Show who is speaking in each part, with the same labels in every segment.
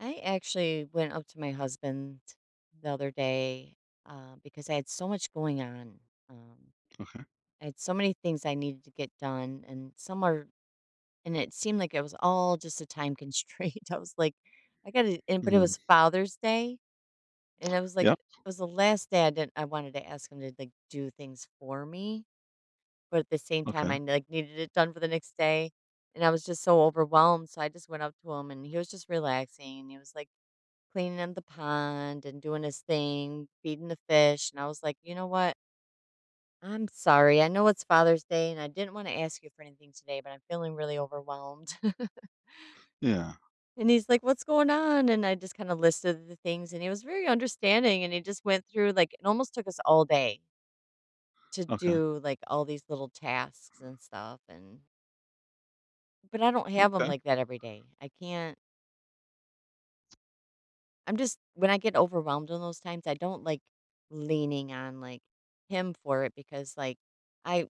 Speaker 1: I actually went up to my husband the other day because I had so much going on. Um,
Speaker 2: Okay.
Speaker 1: I had so many things I needed to get done, and some are, and it seemed like it was all just a time constraint. I was like, I got to, and but it
Speaker 2: Mhm.
Speaker 1: was Father's Day, and I was like,
Speaker 2: Yep.
Speaker 1: it was the last day I didn't. I wanted to ask him to like do things for me, but at the same time,
Speaker 2: Okay.
Speaker 1: I like needed it done for the next day, and I was just so overwhelmed. So I just went up to him, and he was just relaxing. And he was like cleaning up the pond and doing his thing, feeding the fish. And I was like, you know what? I'm sorry. I know it's Father's Day and I didn't want to ask you for anything today, but I'm feeling really overwhelmed.
Speaker 2: Yeah.
Speaker 1: And he's like, what's going on? And I just kind of listed the things and he was very understanding. And he just went through like, it almost took us all day to
Speaker 2: Okay.
Speaker 1: do like all these little tasks and stuff. But I don't have them
Speaker 2: Okay.
Speaker 1: like that every day. I can't. I'm just when I get overwhelmed in those times, I don't like leaning on like him for it because like I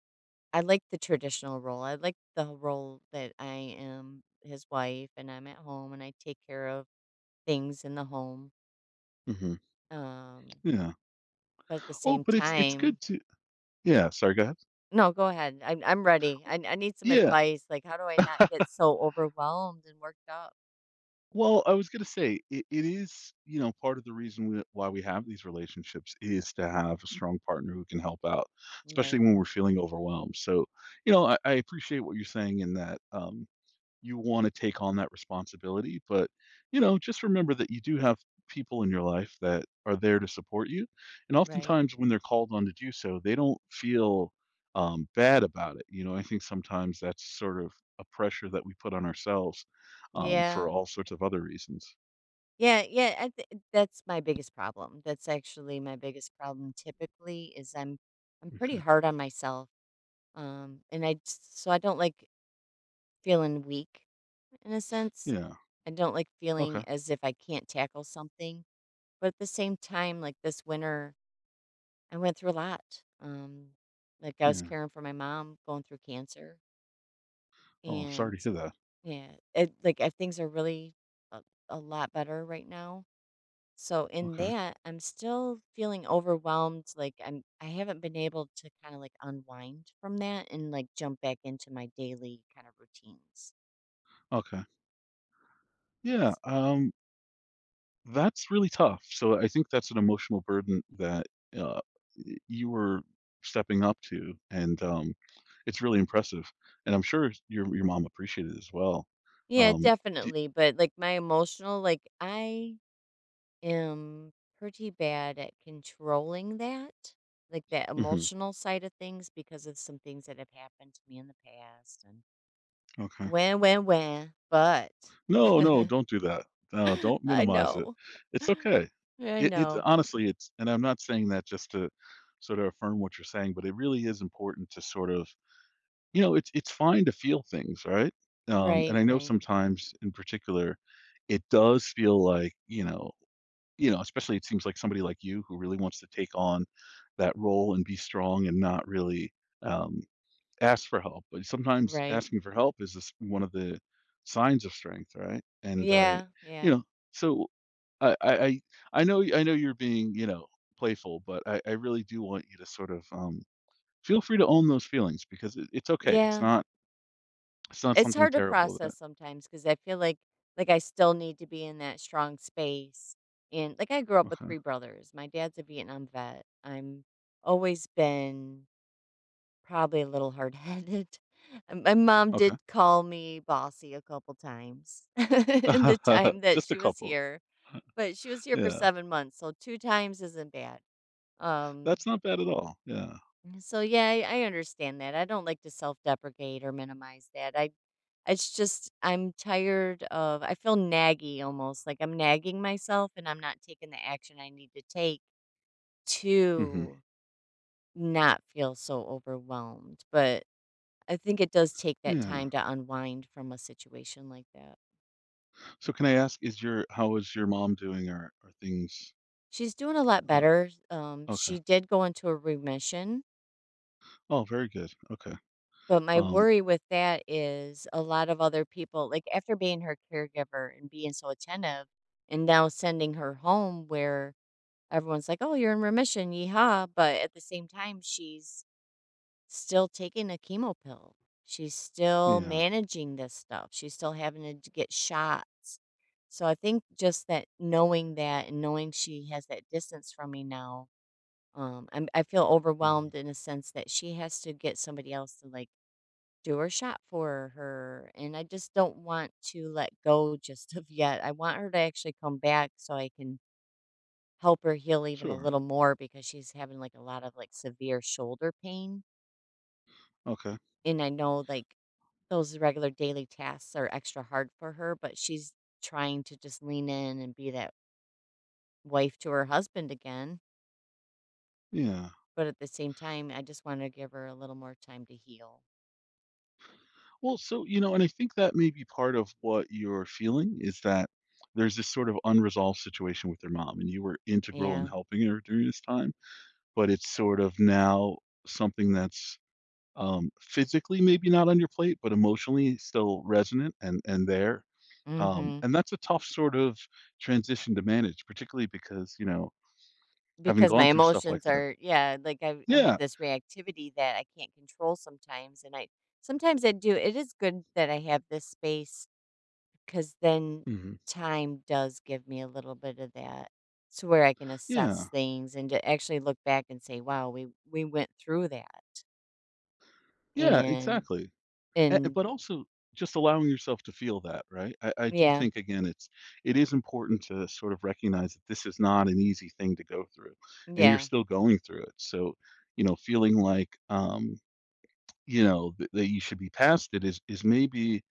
Speaker 1: I like the traditional role. I like the role that I am his wife and I'm at home and I take care of things in the home.
Speaker 2: Mhm.
Speaker 1: Um,
Speaker 2: Yeah.
Speaker 1: but at the
Speaker 2: Oh,
Speaker 1: same
Speaker 2: but it's
Speaker 1: time,
Speaker 2: good to. Yeah, sorry, go ahead.
Speaker 1: no, go ahead. I'm ready. I need some
Speaker 2: Yeah.
Speaker 1: advice. Like, how do I not get so overwhelmed and worked up?
Speaker 2: Well, I was gonna say it is, you know, part of the reason why we have these relationships is to have a strong partner who can help out, especially
Speaker 1: Right,
Speaker 2: when we're feeling overwhelmed. So, you know, I appreciate what you're saying in that. You want to take on that responsibility. But, you know, just remember that you do have people in your life that are there to support you. And
Speaker 1: right,
Speaker 2: oftentimes, when they're called on to do so, they don't feel bad about it. You know, I think sometimes that's sort of a pressure that we put on ourselves for
Speaker 1: yeah.
Speaker 2: all sorts of other reasons.
Speaker 1: Yeah, yeah, I th that's my biggest problem. That's actually my biggest problem typically is I'm pretty
Speaker 2: Okay.
Speaker 1: hard on myself. And I just, so I don't like feeling weak in a sense.
Speaker 2: Yeah.
Speaker 1: I don't like feeling
Speaker 2: Okay.
Speaker 1: as if I can't tackle something. But at the same time, like this winter, I went through a lot. Like I was
Speaker 2: Yeah.
Speaker 1: caring for my mom going through cancer,
Speaker 2: Oh, I'm
Speaker 1: and
Speaker 2: sorry to hear that.
Speaker 1: yeah, it like things are really a, a lot better right now. So in
Speaker 2: Okay.
Speaker 1: that, I'm still feeling overwhelmed, like I haven't been able to kind of like unwind from that and like jump back into my daily kind of routines.
Speaker 2: Okay. Yeah. That's really tough. So I think that's an emotional burden that, uh, y you were stepping up to, and,
Speaker 1: Mm.
Speaker 2: it's really impressive, and I'm sure your mom appreciated it as well.
Speaker 1: Yeah,
Speaker 2: Um, d
Speaker 1: definitely, but like my emotional like I am pretty bad at controlling that, like that
Speaker 2: mhm,
Speaker 1: emotional side of things because of some things that have happened to me in the past and
Speaker 2: okay.
Speaker 1: when but
Speaker 2: No, no, don't do that. No, don't
Speaker 1: I
Speaker 2: minimize it.
Speaker 1: know.
Speaker 2: It's okay.
Speaker 1: I
Speaker 2: It's
Speaker 1: know.
Speaker 2: honestly, it's and I'm not saying that just to sort of affirm what you're saying, but it really is important to sort of. You know, it's fine to feel things, right? And
Speaker 1: Right,
Speaker 2: I know
Speaker 1: right,
Speaker 2: sometimes in particular, it does feel like, you know, especially it seems like somebody like you who really wants to take on that role and be strong and not really um, ask for help. But sometimes
Speaker 1: right.
Speaker 2: asking for help is this, one of the signs of strength, right?
Speaker 1: Yeah,
Speaker 2: You
Speaker 1: yeah,
Speaker 2: know, so I, I, I I know, I know you're being, playful, but I really do want you to sort of feel free to own those feelings because it's okay. It's
Speaker 1: yeah.
Speaker 2: not it's not
Speaker 1: It's
Speaker 2: something
Speaker 1: hard to
Speaker 2: terrible
Speaker 1: process
Speaker 2: that.
Speaker 1: sometimes because I feel like I still need to be in that strong space. And like I grew up with three brothers. My dad's a Vietnam vet. I'm always been probably a little hard headed. My mom
Speaker 2: Okay,
Speaker 1: did call me bossy a couple times in the
Speaker 2: okay.
Speaker 1: time that
Speaker 2: Just a
Speaker 1: she was
Speaker 2: couple.
Speaker 1: here, but she was here for
Speaker 2: Yeah.
Speaker 1: 7 months, so two times isn't bad. Um,
Speaker 2: That's not bad at all. Yeah.
Speaker 1: so yeah, I understand that. I don't like to self-deprecate or minimize that. I It's just I'm tired of I feel naggy almost like I'm nagging myself and I'm not taking the action I need to take
Speaker 2: Mhm.
Speaker 1: to not feel so overwhelmed. But I think it does take that
Speaker 2: Yeah.
Speaker 1: time to unwind from a situation like that.
Speaker 2: So can I ask, is your how is your mom doing? Or are things?
Speaker 1: She's doing a lot
Speaker 2: uh,
Speaker 1: better.
Speaker 2: okay.
Speaker 1: She did go into a remission.
Speaker 2: Oh, very good. Okay.
Speaker 1: But my
Speaker 2: Um,
Speaker 1: worry with that is a lot of other people like, after being her caregiver and being so attentive and now sending her home where everyone's like, "Oh, you're in remission, yeehaw," but at the same time, she's still taking a chemo pill. She's still
Speaker 2: yeah,
Speaker 1: managing this stuff. She's still having to d get shots. So I think just that knowing that and knowing she has that distance from me now, I feel
Speaker 2: yeah.
Speaker 1: overwhelmed in a sense that she has to get somebody else to, like do or shop for her. And I just don't want to let go just of yet. I want her to actually come back so I can help her heal even a
Speaker 2: Sure.
Speaker 1: little more because she's having like a lot of like severe shoulder pain.
Speaker 2: Okay.
Speaker 1: And I know like those regular daily tasks are extra hard for her, but she's trying to just lean in and be that wife to her husband again.
Speaker 2: Yeah.
Speaker 1: But at the same time, I just want to give her a little more time to heal.
Speaker 2: Well, so, you know, and I think that may be part of what you're feeling is that there's this sort of unresolved situation with your mom, and you were integral in
Speaker 1: Yeah.
Speaker 2: helping her during this time, but it's sort of now something that's. Physically, maybe not on your plate, but emotionally still resonant and there.
Speaker 1: Mm hmm.
Speaker 2: And that's a tough sort of transition to manage, particularly because, you know, having
Speaker 1: Because my
Speaker 2: gone through stuff like
Speaker 1: emotions
Speaker 2: that.
Speaker 1: are yeah, like, I have
Speaker 2: Yeah.
Speaker 1: this reactivity that I can't control sometimes, and I sometimes I do it is good that I have this space, because then
Speaker 2: Mhm.
Speaker 1: time does give me a little bit of that to where I can assess
Speaker 2: Yeah.
Speaker 1: things and to actually look back and say, "Wow, we went through that."
Speaker 2: Yeah,
Speaker 1: And
Speaker 2: exactly.
Speaker 1: and
Speaker 2: But also just allowing yourself to feel that, right? I do
Speaker 1: yeah,
Speaker 2: think again it is important to sort of recognize that this is not an easy thing to go through and you're
Speaker 1: yeah,
Speaker 2: still going through it. So, you know, feeling like you know, that you should be past it is maybe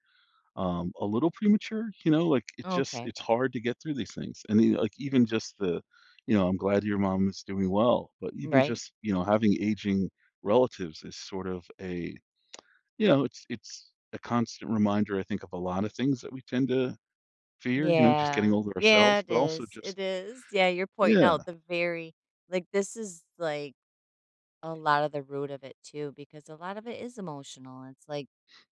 Speaker 2: a little premature, you know, like
Speaker 1: okay,
Speaker 2: it's hard to get through these things. And then, like even just the, you know, I'm glad your mom is doing well, but even
Speaker 1: right.
Speaker 2: just you know having aging relatives is sort of a you know it's a constant reminder I think of a lot of things that we tend to fear, you know, just getting
Speaker 1: Yeah,
Speaker 2: older
Speaker 1: yeah,
Speaker 2: ourselves,
Speaker 1: it
Speaker 2: but also
Speaker 1: is,
Speaker 2: just.
Speaker 1: it is. Yeah, you're pointing
Speaker 2: Yeah,
Speaker 1: out the very like, this is, like a lot of the root of it too, because a lot of it is emotional. It's like,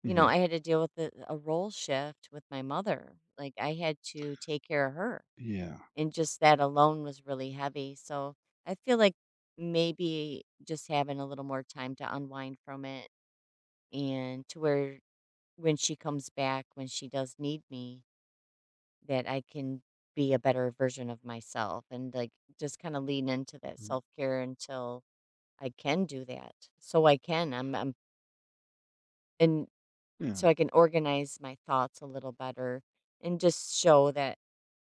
Speaker 2: mhm,
Speaker 1: I had to deal with a role shift with my mother. Like I had to take care of her,
Speaker 2: yeah,
Speaker 1: and just that alone was really heavy. So I feel like maybe just having a little more time to unwind from it, and to where when she comes back, when she does need me, that I can be a better version of myself, and like just kind of lean into that
Speaker 2: mhm,
Speaker 1: self care until I can do that. So I can. I'm And
Speaker 2: yeah,
Speaker 1: so I can organize my thoughts a little better and just show that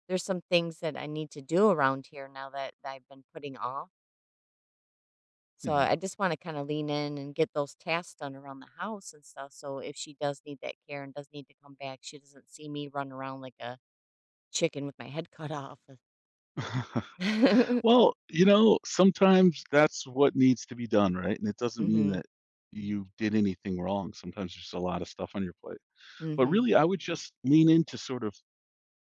Speaker 1: there's some things that I need to do around here now that I've been putting off. So
Speaker 2: yeah.
Speaker 1: I just want to kind of lean in and get those tasks done around the house and stuff. So if she does need that care and does need to come back, she doesn't see me run around like a chicken with my head cut off. Mm-hmm.
Speaker 2: Well, you know, sometimes that's what needs to be done, right? And it doesn't mean that you did anything wrong. Sometimes there's a lot of stuff on your plate. But
Speaker 1: Mm-hmm.
Speaker 2: really, I would just lean into sort of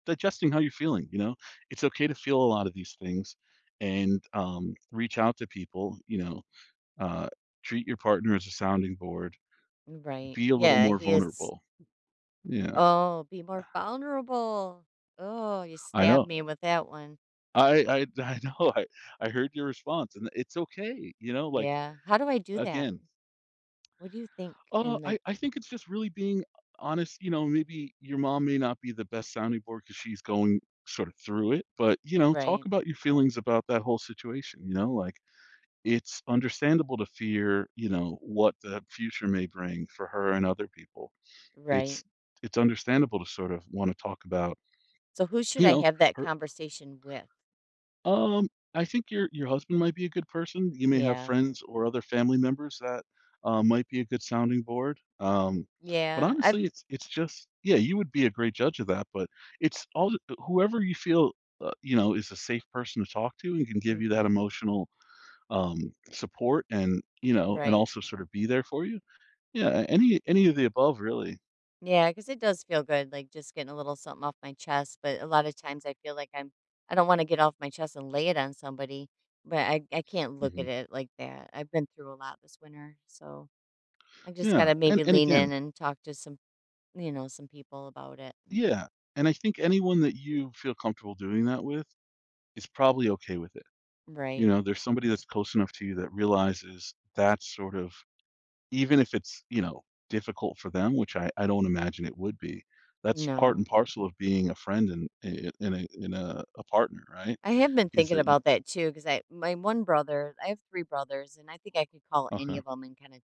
Speaker 2: digesting how you're feeling. You know, it's okay to feel a lot of these things and reach out to people, you know, uh, treat your partner as a sounding board,
Speaker 1: Right.
Speaker 2: be a little
Speaker 1: Yeah,
Speaker 2: more
Speaker 1: he is.
Speaker 2: vulnerable. Yeah,
Speaker 1: Oh, be more vulnerable. Oh, you
Speaker 2: I
Speaker 1: stabbed
Speaker 2: know.
Speaker 1: me with that one.
Speaker 2: I know. I heard your response and it's okay. You know, like,
Speaker 1: Yeah. How do I do that?
Speaker 2: again,
Speaker 1: What do you think? And
Speaker 2: I
Speaker 1: like,
Speaker 2: I think it's just really being honest, you know, maybe your mom may not be the best sounding board because she's going sort of through it, but, you know, talk
Speaker 1: right,
Speaker 2: about your feelings about that whole situation, you know, like, it's understandable to fear, you know, what the future may bring for her and other people.
Speaker 1: right.
Speaker 2: It's it's understandable to sort of wanna talk about,
Speaker 1: So who should
Speaker 2: you
Speaker 1: I
Speaker 2: know,
Speaker 1: have that
Speaker 2: her.
Speaker 1: conversation with?
Speaker 2: Um, I think your husband might be a good person. You may have
Speaker 1: Yeah,
Speaker 2: friends or other family members that, might be a good sounding board. But
Speaker 1: yeah.
Speaker 2: honestly,
Speaker 1: I'm
Speaker 2: it's just, yeah, you would be a great judge of that, but it's all whoever you feel, you know, is a safe person to talk to and can give you that
Speaker 1: okay.
Speaker 2: emotional, um, support and, you know, and
Speaker 1: Right.
Speaker 2: also sort of be there for you. Yeah, any of the above really.
Speaker 1: Yeah, because it does feel good, like just getting a little something off my chest. But a lot of times I feel like I don't want to get off my chest and lay it on somebody, but I can't look at
Speaker 2: Mhm.
Speaker 1: it like that. I've been through a lot this winter. So I just got
Speaker 2: Yeah,
Speaker 1: to
Speaker 2: and
Speaker 1: maybe
Speaker 2: and
Speaker 1: lean in
Speaker 2: again,
Speaker 1: and talk to some people about it.
Speaker 2: yeah, and I think anyone that you feel comfortable doing that with is probably okay with it. You
Speaker 1: Right.
Speaker 2: know, there's somebody that's close enough to you that realizes that sort of even if it's, you know, difficult for them, which I don't imagine it would be, that's part and
Speaker 1: No.
Speaker 2: parcel of being a friend and I and a in a a partner, right?
Speaker 1: I have been
Speaker 2: Is
Speaker 1: thinking
Speaker 2: that you?
Speaker 1: about that too because I my one brother, I have 3 brothers, and I think I could call any
Speaker 2: Okay.
Speaker 1: of them and kinda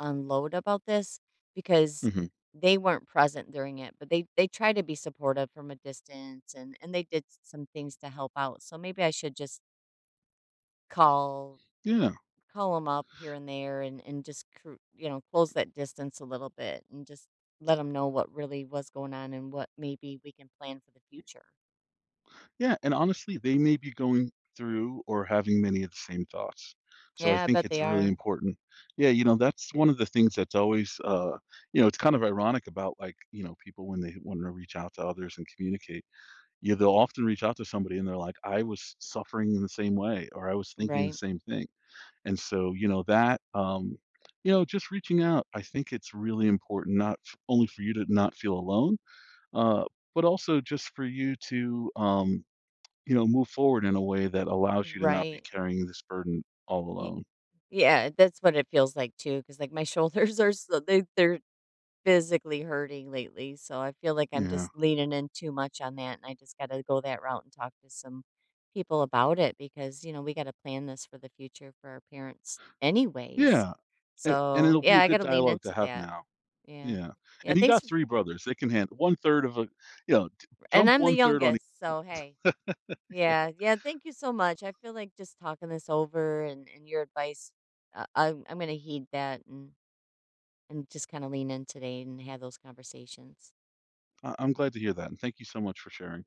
Speaker 1: unload about this because
Speaker 2: Mhm.
Speaker 1: they weren't present during it, but they tried to be supportive from a distance and they did some things to help out, so maybe I should just call
Speaker 2: Yeah.
Speaker 1: call them up here and there and just close that distance a little bit and just let them know what really was going on and what maybe we can plan for the future.
Speaker 2: Yeah, and honestly, they may be going through or having many of the same thoughts. So I
Speaker 1: Yeah, I
Speaker 2: think
Speaker 1: bet
Speaker 2: it's
Speaker 1: they
Speaker 2: really
Speaker 1: are.
Speaker 2: important. Yeah, you know, that's one of the things that's always, you know, it's kind of ironic about, like, you know, people when they wanna reach out to others and communicate. Yeah, they'll often reach out to somebody and they're like, "I was suffering in the same way," or "I was thinking the
Speaker 1: Right.
Speaker 2: same thing." And so, you know, that, you know, just reaching out, I think it's really important, not f only for you to not feel alone, uh, but also just for you to, you know, move forward in a way that allows you to not be
Speaker 1: Right.
Speaker 2: carrying this burden all alone.
Speaker 1: Yeah, that's what it feels like too. Because like, my shoulders are so they're physically hurting lately, so I feel like I'm
Speaker 2: Yeah.
Speaker 1: just leaning in too much on that, and I just gotta go that route and talk to some people about it because, we gotta plan this for the future for our parents anyways.
Speaker 2: Yeah. A and
Speaker 1: So,
Speaker 2: it'll be
Speaker 1: yeah,
Speaker 2: a
Speaker 1: I
Speaker 2: good
Speaker 1: gotta lean
Speaker 2: dialogue to
Speaker 1: into
Speaker 2: have
Speaker 1: that.
Speaker 2: now.
Speaker 1: Yeah.
Speaker 2: Yeah.
Speaker 1: Yeah,
Speaker 2: And you
Speaker 1: thanks
Speaker 2: got
Speaker 1: f
Speaker 2: 3 brothers, they can handle one third of a, you know, d
Speaker 1: and
Speaker 2: dump
Speaker 1: I'm the
Speaker 2: one third on.
Speaker 1: youngest, so hey. Yeah, yeah, thank you so much. I feel like just talking this over and your advice, I'm gonna heed that and just kinda lean in today and have those conversations.
Speaker 2: I'm glad to hear that, and thank you so much for sharing.